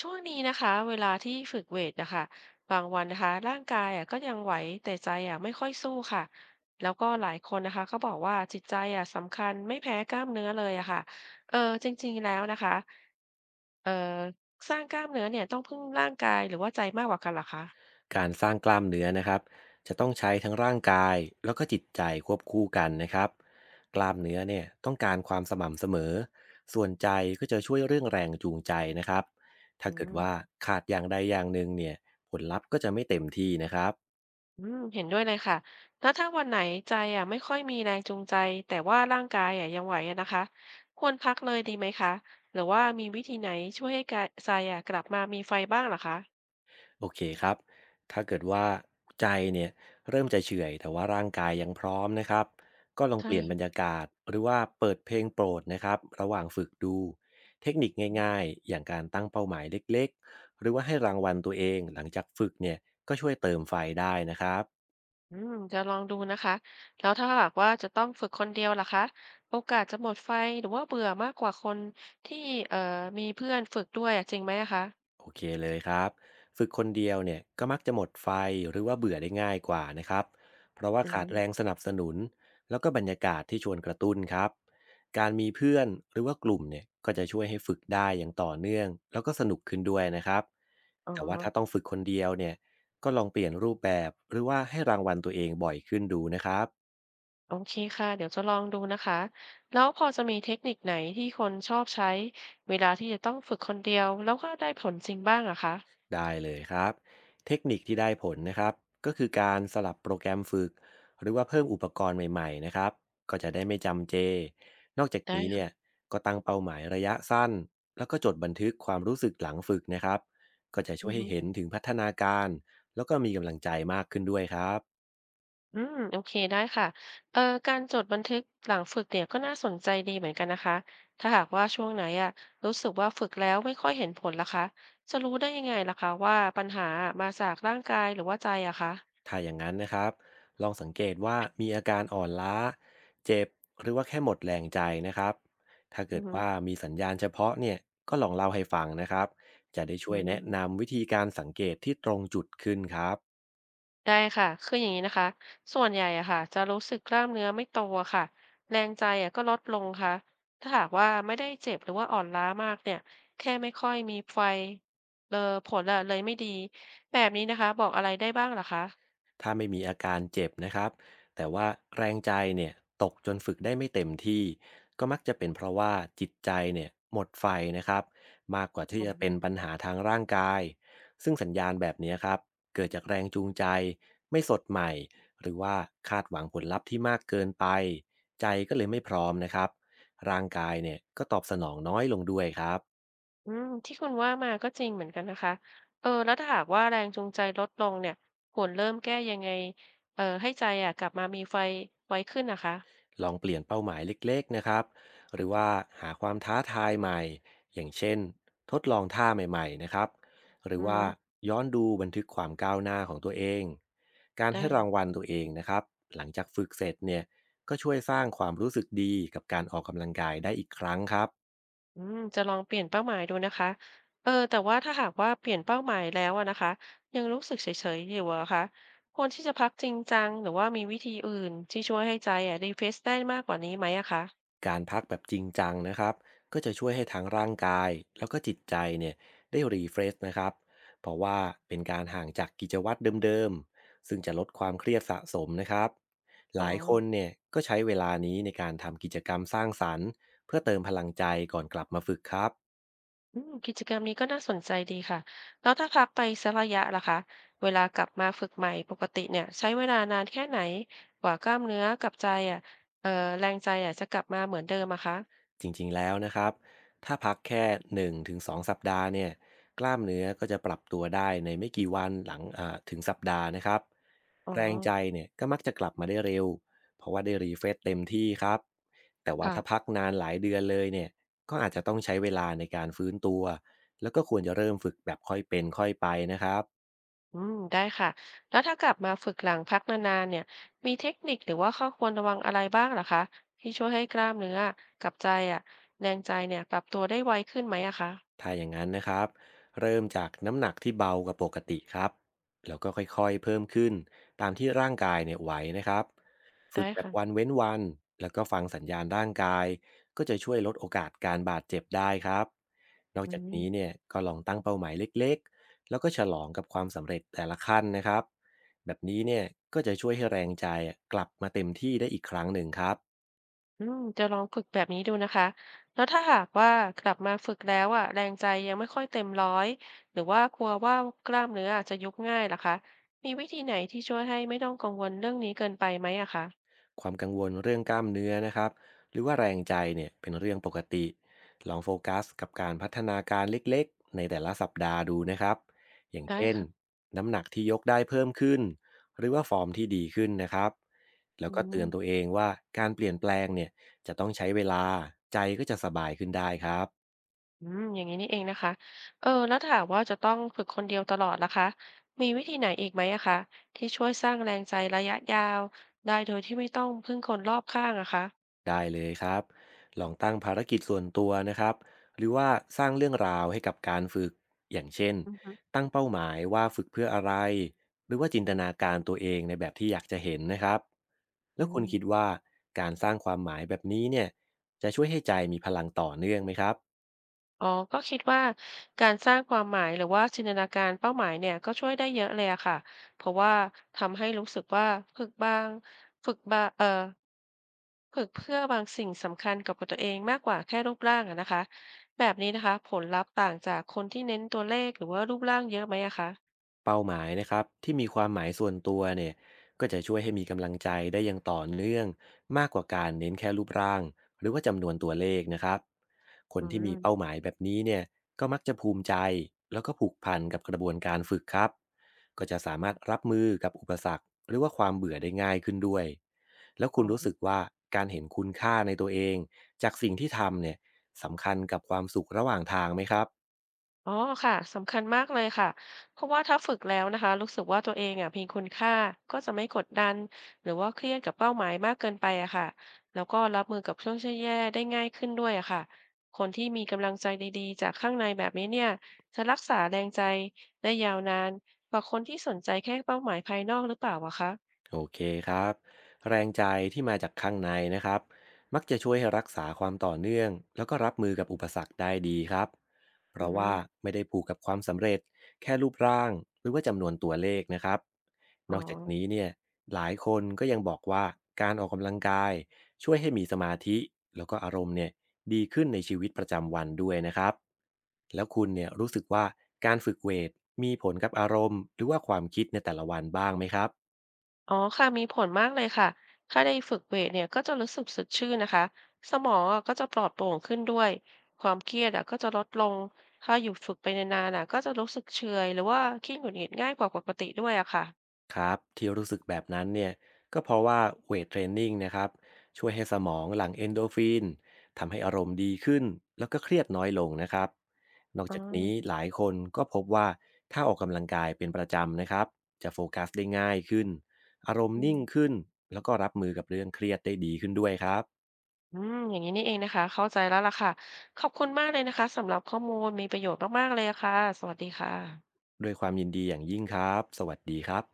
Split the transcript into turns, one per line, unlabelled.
ช่วงนี้นะคะเวลาที่ฝึกเวทนะคะบางวันนะคะร่างกายอ่ะก็ยังไหวแต่ใจอ่ะไม่ค่อยสู้ค่ะแล้วก็หลายคนนะคะก็บอกว่าจิตใจอ่ะสำคัญไม่แพ้กล้ามเนื้อเลยอะค่ะเออจริงๆแล้วนะคะเออสร้างกล้ามเนื้อเนี่ยต้องพึ่งร่างกายหรือว่าใจมากกว่ากันเหรอคะ
การสร้างกล้ามเนื้อนะครับจะต้องใช้ทั้งร่างกายแล้วก็จิตใจควบคู่กันนะครับกล้ามเนื้อเนี่ยต้องการความสม่ำเสมอส่วนใจก็จะช่วยเรื่องแรงจูงใจนะครับถ้า
อื
เกิด
ม
ว่าขาดอย่างใดอย่างหนึ่งเนี่ยผลลัพธ์ก็จะไม่เต็มที่นะครับ
อืมเห็นด้วยเลยค่ะแล้วถ้าวันไหนใจอ่ะไม่ค่อยมีแรงจูงใจแต่ว่าร่างกายอ่ะยังไหวอะนะคะควรพักเลยดีไหมคะหรือว่ามีวิธีไหนช่วยให้กายใจอ่ะกลับมามีไฟบ้างเหรอคะ
โอเคครับ ถ้าเกิดว่าใจเนี่ยเริ่มจะเฉื่อยแต่ว่าร่างกายยังพร้อมนะครับ ก็ลอง
ใช่
เปลี่ยนบรร
ค่ะ
ยากาศหรือว่าเปิดเพลงโปรดนะครับระหว่างฝึกดูเทคนิคง่ายๆอย่างการตั้งเป้าหมายเล็กๆหรือว่าให้รางวัลตัวเองหลังจากฝึกเนี่ยก็ช่วยเติมไฟได้นะครับ
อืมจะลองดูนะคะแล้วถ้าหากว่าจะต้องฝึกคนเดียวล่ะคะโอกาสจะหมดไฟหรือว่าเบื่อมากกว่าคนที่เอ่อมีเพื่อนฝึกด้วยอ่ะจริงไหมอะคะ
โอเคเลยครับฝึกคนเดียวเนี่ยก็มักจะหมดไฟหรือว่าเบื่อได้ง่ายกว่านะครับเพราะว่า
อื
ขาดแร
ม
งสนับสนุนแล้วก็บรรยากาศที่ชวนกระตุ้นครับการมีเพื่อนหรือว่ากลุ่มเนี่ยก็จะช่วยให้ฝึกได้อย่างต่อเนื่องแล้วก็สนุกขึ้นด้วยนะครับ
อ๋อ
แต่ว่าถ้าต้องฝึกคนเดียวเนี่ยก็ลองเปลี่ยนรูปแบบหรือว่าให้รางวัลตัวเองบ่อยขึ้นดูนะครับ
โอเคค่ะเดี๋ยวจะลองดูนะคะแล้วพอจะมีเทคนิคไหนที่คนชอบใช้เวลาที่จะต้องฝึกคนเดียวแล้วก็ได้ผลจริงบ้างอะคะ
ได้เลยครับเทคนิคที่ได้ผลนะครับก็คือการสลับโปรแกรมฝึกหรือว่าเพิ่มอุปกรณ์ใหม่ๆนะครับก็จะได้ไม่จำเจนอกจาก
ได้
นี้เนี่ย
ค่ะ
ก็ตั้งเป้าหมายระยะสั้นแล้วก็จดบันทึกความรู้สึกหลังฝึกนะครับก็จะช่ว
อื
ย
อ
ให้
ฮึ
เห็นถึงพัฒนาการแล้วก็มีกำลังใจมากขึ้นด้วยครับ
อืมโอเคได้ค่ะเอ่อการจดบันทึกหลังฝึกเนี่ยก็น่าสนใจดีเหมือนกันนะคะถ้าหากว่าช่วงไหนอะรู้สึกว่าฝึกแล้วไม่ค่อยเห็นผลล่ะคะจะรู้ได้ยังไงล่ะคะว่าปัญหามาจากร่างกายหรือว่าใจอะคะ
ถ้าอย่างนั้นนะครับ ลองสังเกตว่ามีอาการอ่อนล้า เจ็บ หรือว่าแค่หมดแรงใจนะครับ ถ้าเกิ
อือ
ด
ฮึ
ว่ามีสัญญาณเฉพาะเนี่ย ก็ลองเล่าให้ฟังนะครับ จะได้ช่
อื
วยแนะ
ม
นำวิธีการสังเกตที่ตรงจุดขึ้นครับ
ได้ค่ะ คืออย่างนี้นะคะ ส่วนใหญ่อะค่ะจะรู้สึกกล้ามเนื้อไม่โตอะค่ะ แรงใจอะก็ลดลงค่ะ ถ้าหากว่าไม่ได้เจ็บหรือว่าอ่อนล้ามากเนี่ย แค่ไม่ค่อยมีไฟเลอผลอะเลยไม่ดีแบบนี้นะคะบอกอะไรได้บ้างเหรอคะ
ถ้าไม่มีอาการเจ็บนะครับแต่ว่าแรงใจเนี่ยตกจนฝึกได้ไม่เต็มที่ก็มักจะเป็นเพราะว่าจิตใจเนี่ยหมดไฟนะครับมากกว่าที่
อื
จะเป็น
ม
ปัญหาทางร่างกายซึ่งสัญญาณแบบนี้ครับเกิดจากแรงจูงใจไม่สดใหม่หรือว่าคาดหวังผลลัพธ์ที่มากเกินไปใจก็เลยไม่พร้อมนะครับร่างกายเนี่ยก็ตอบสนองน้อยลงด้วยครับ
อืมที่คุณว่ามาก็จริงเหมือนกันนะคะเออแล้วถ้าหากว่าแรงจูงใจลดลงเนี่ยควรเริ่มแก้ยังไงเออให้ใจอะกลับมามีไฟไว้ขึ้นนะคะ
ลองเปลี่ยนเป้าหมายเล็กๆนะครับหรือว่าหาความท้าทายใหม่อย่างเช่นทดลองท่าใหม่ๆนะครับหรือ
อื
ว่า
ม
ย้อนดูบันทึกความก้าวหน้าของตัวเอง การให้
ได้
รางวัลตัวเองนะครับหลังจากฝึกเสร็จเนี่ยก็ช่วยสร้างความรู้สึกดีกับการออกกำลังกายได้อีกครั้งครับ
อืมจะลองเปลี่ยนเป้าหมายดูนะคะเออแต่ว่าถ้าหากว่าเปลี่ยนเป้าหมายแล้วอะนะคะยังรู้สึกเฉยๆอยู่อะคะควรที่จะพักจริงจังหรือว่ามีวิธีอื่นที่ช่วยให้ใจอะรีเฟรชได้มากกว่านี้ไหมอะคะ
การพักแบบจริงจังนะครับก็จะช่วยให้ทั้งร่างกายแล้วก็จิตใจเนี่ยได้รีเฟรชนะครับเพราะว่าเป็นการห่างจากกิจวัตรเดิมๆซึ่งจะลดความเครียดสะสมนะครับห
อ๋อ
ลายคนเนี่ยก็ใช้เวลานี้ในการทำกิจกรรมสร้างสรรค์เพื่อเติมพลังใจก่อนกลับมาฝึกครับ
อืมกิจกรรมนี้ก็น่าสนใจดีค่ะแล้วถ้าพักไปสักระยะล่ะคะเวลากลับมาฝึกใหม่ปกติเนี่ยใช้เวลานานแค่ไหนกว่ากล้ามเนื้อกับใจอะเออแรงใจอะจะกลับมาเหมือนเดิมอะคะ
จริงๆแล้วนะครับถ้าพักแค่1-2สองสัปดาห์เนี่ยกล้ามเนื้อก็จะปรับตัวได้ในไม่กี่วันหลังถึงสัปดาห์นะครับ
อ๋อ
แรงใจเนี่ยก็มักจะกลับมาได้เร็วเพราะว่าได้รีเฟรชเต็มที่ครับแต่ว่าถ้าพั
ค่ะ
กนานหลายเดือนเลยเนี่ยก็อาจจะต้องใช้เวลาในการฟื้นตัวแล้วก็ควรจะเริ่มฝึกแบบค่อยเป็นค่อยไปนะครับ
อืมได้ค่ะแล้วถ้ากลับมาฝึกหลังพักนานๆเนี่ยมีเทคนิคหรือว่าข้อควรระวังอะไรบ้างเหรอคะที่ช่วยให้กล้ามเนื้อกับใจอ่ะแรงใจเนี่ยปรับตัวได้ไวขึ้นไหมอะคะ
ถ้าอย่างนั้นนะครับเริ่มจากน้ำหนักที่เบากว่าปกติครับแล้วก็ค่อยๆเพิ่มขึ้นตามที่ร่างกายเนี่ยไหวนะครับฝึก
ได้
แบบ
ค่ะ
วันเว้นวันแล้วก็ฟังสัญญาณร่างกายก็จะช่วยลดโอกาสการบาดเจ็บได้ครับนอก
อื
จาก
ม
นี้เนี่ยก็ลองตั้งเป้าหมายเล็กๆแล้วก็ฉลองกับความสำเร็จแต่ละขั้นนะครับแบบนี้เนี่ยก็จะช่วยให้แรงใจกลับมาเต็มที่ได้อีกครั้งหนึ่งครับ
อืมจะลองฝึกแบบนี้ดูนะคะแล้วถ้าหากว่ากลับมาฝึกแล้วอ่ะแรงใจยังไม่ค่อยเต็มร้อยหรือว่ากลัวว่ากล้ามเนื้ออาจจะยุบง่ายเหรอคะมีวิธีไหนที่ช่วยให้ไม่ต้องกังวลเรื่องนี้เกินไปไหมอะคะ
ความกังวลเรื่องกล้ามเนื้อนะครับหรือว่าแรงใจเนี่ยเป็นเรื่องปกติลองโฟกัสกับการพัฒนาการเล็กๆในแต่ละสัปดาห์ดูนะครับอย่าง
ได้
เช่น
ค่ะ
น้ำหนักที่ยกได้เพิ่มขึ้นหรือว่าฟอร์มที่ดีขึ้นนะครับแล้ว
อื
ก็เตือ
ม
นตัวเองว่าการเปลี่ยนแปลงเนี่ยจะต้องใช้เวลาใจก็จะสบายขึ้นได้ครับ
อืมอย่างนี้นี่เองนะคะเออแล้วถามว่าจะต้องฝึกคนเดียวตลอดล่ะคะ มีวิธีไหนอีกไหมอะคะที่ช่วยสร้างแรงใจระยะยาวได้โดยที่ไม่ต้องพึ่งคนรอบข้างอะคะ
ได้เลยครับลองตั้งภารกิจส่วนตัวนะครับหรือว่าสร้างเรื่องราวให้กับการฝึก อย่างเช่น
อือฮึ
ตั้งเป้าหมายว่าฝึกเพื่ออะไร หรือว่าจินตนาการตัวเองในแบบที่อยากจะเห็นนะครับ
อื
แล้วคุณคิ
ม
ดว่าการสร้างความหมายแบบนี้เนี่ยจะช่วยให้ใจมีพลังต่อเนื่องไหมครับ
อ๋อก็คิดว่าการสร้างความหมายหรือว่าจินตนาการเป้าหมายเนี่ยก็ช่วยได้เยอะเลยอะค่ะ เพราะว่าทำให้รู้สึกว่าฝึกบางฝึกบาเอ่อฝึกเพื่อบางสิ่งสำคัญกับตัวเองมากกว่าแค่รูปร่างอะนะคะแบบนี้นะคะผลลัพธ์ต่างจากคนที่เน้นตัวเลขหรือว่ารูปร่างเยอะไหมอะคะ
เป้าหมายนะครับที่มีความหมายส่วนตัวเนี่ยก็จะช่วยให้มีกำลังใจได้อย่างต่อเนื่องมากกว่าการเน้นแค่รูปร่างหรือว่าจำนวนตัวเลขนะครับคน
อื
ที่มี
ม
เป้าหมายแบบนี้เนี่ยก็มักจะภูมิใจแล้วก็ผูกพันกับกระบวนการฝึกครับก็จะสามารถรับมือกับอุปสรรคหรือว่าความเบื่อได้ง่ายขึ้นด้วยแล้วคุ
อ๋
ณรู้สึก
อ
ว่าการเห็นคุณค่าในตัวเองจากสิ่งที่ทำเนี่ยสำคัญกับความสุขระหว่างทางไหมครับ
อ๋อค่ะสำคัญมากเลยค่ะเพราะว่าถ้าฝึกแล้วนะคะรู้สึกว่าตัวเองอ่ะมีคุณค่าก็จะไม่กดดันหรือว่าเครียดกับเป้าหมายมากเกินไปอะค่ะแล้วก็รับมือกับช่วงแย่ๆได้ง่ายขึ้นด้วยอะค่ะคนที่มีกำลังใจดีๆจากข้างในแบบนี้เนี่ยจะรักษาแรงใจได้ยาวนานกว่าคนที่สนใจแค่เป้าหมายภายนอกหรือเปล่าอะคะ
โอเคครับแรงใจที่มาจากข้างในนะครับมักจะช่วยให้รักษาความต่อเนื่องแล้วก็รับมือกับอุปสรรคได้ดีครับเพ
อื
ราะว่า
ม
ไม่ได้ผูกกับความสำเร็จแค่รูปร่างหรือว่าจำนวนตัวเลขนะครับน
อ๋อ
อกจากนี้เนี่ยหลายคนก็ยังบอกว่าการออกกำลังกายช่วยให้มีสมาธิแล้วก็อารมณ์เนี่ยดีขึ้นในชีวิตประจำวันด้วยนะครับแล้วคุณเนี่ยรู้สึกว่าการฝึกเวทมีผลกับอารมณ์หรือว่าความคิดในแต่ละวันบ้างไหมครับ
อ๋อค่ะมีผลมากเลยค่ะถ้าได้ฝึกเวทเนี่ยก็จะรู้สึกสดชื่นนะคะสมองอะก็จะปลอดโปร่งขึ้นด้วยความเครียดอ่ะก็จะลดลงถ้าอยู่ฝึกไปนานๆอ่ะก็จะรู้สึกเฉอยหรือว่าขี้หงุดหงิดง่ายกว่าปกติด้วยอะค่ะ
ครับที่รู้สึกแบบนั้นเนี่ยก็เพราะว่าเวทเทรนนิ่งนะครับช่วยให้สมองหลั่งเอนโดรฟินทำให้อารมณ์ดีขึ้นแล้วก็เครียดน้อยลงนะครับนอก
อ๋อ
จากนี้หลายคนก็พบว่าถ้าออกกำลังกายเป็นประจำนะครับจะโฟกัสได้ง่ายขึ้นอารมณ์
อื
นิ่ง
ม
ขึ้นแล้วก็รับมือกับเรื่องเครียดได้ดีขึ้นด้วยครับ
อืมอย่างนี้นี่เองนะคะเข้าใจแล้วล่ะค่ะขอบคุณมากเลยนะคะสำหรับข้อมูลมีประโยชน์มากๆเลยอะค่ะสวัสดีค่ะ
ด้วยความยินดีอย่างยิ่งครับสวัสดีครับ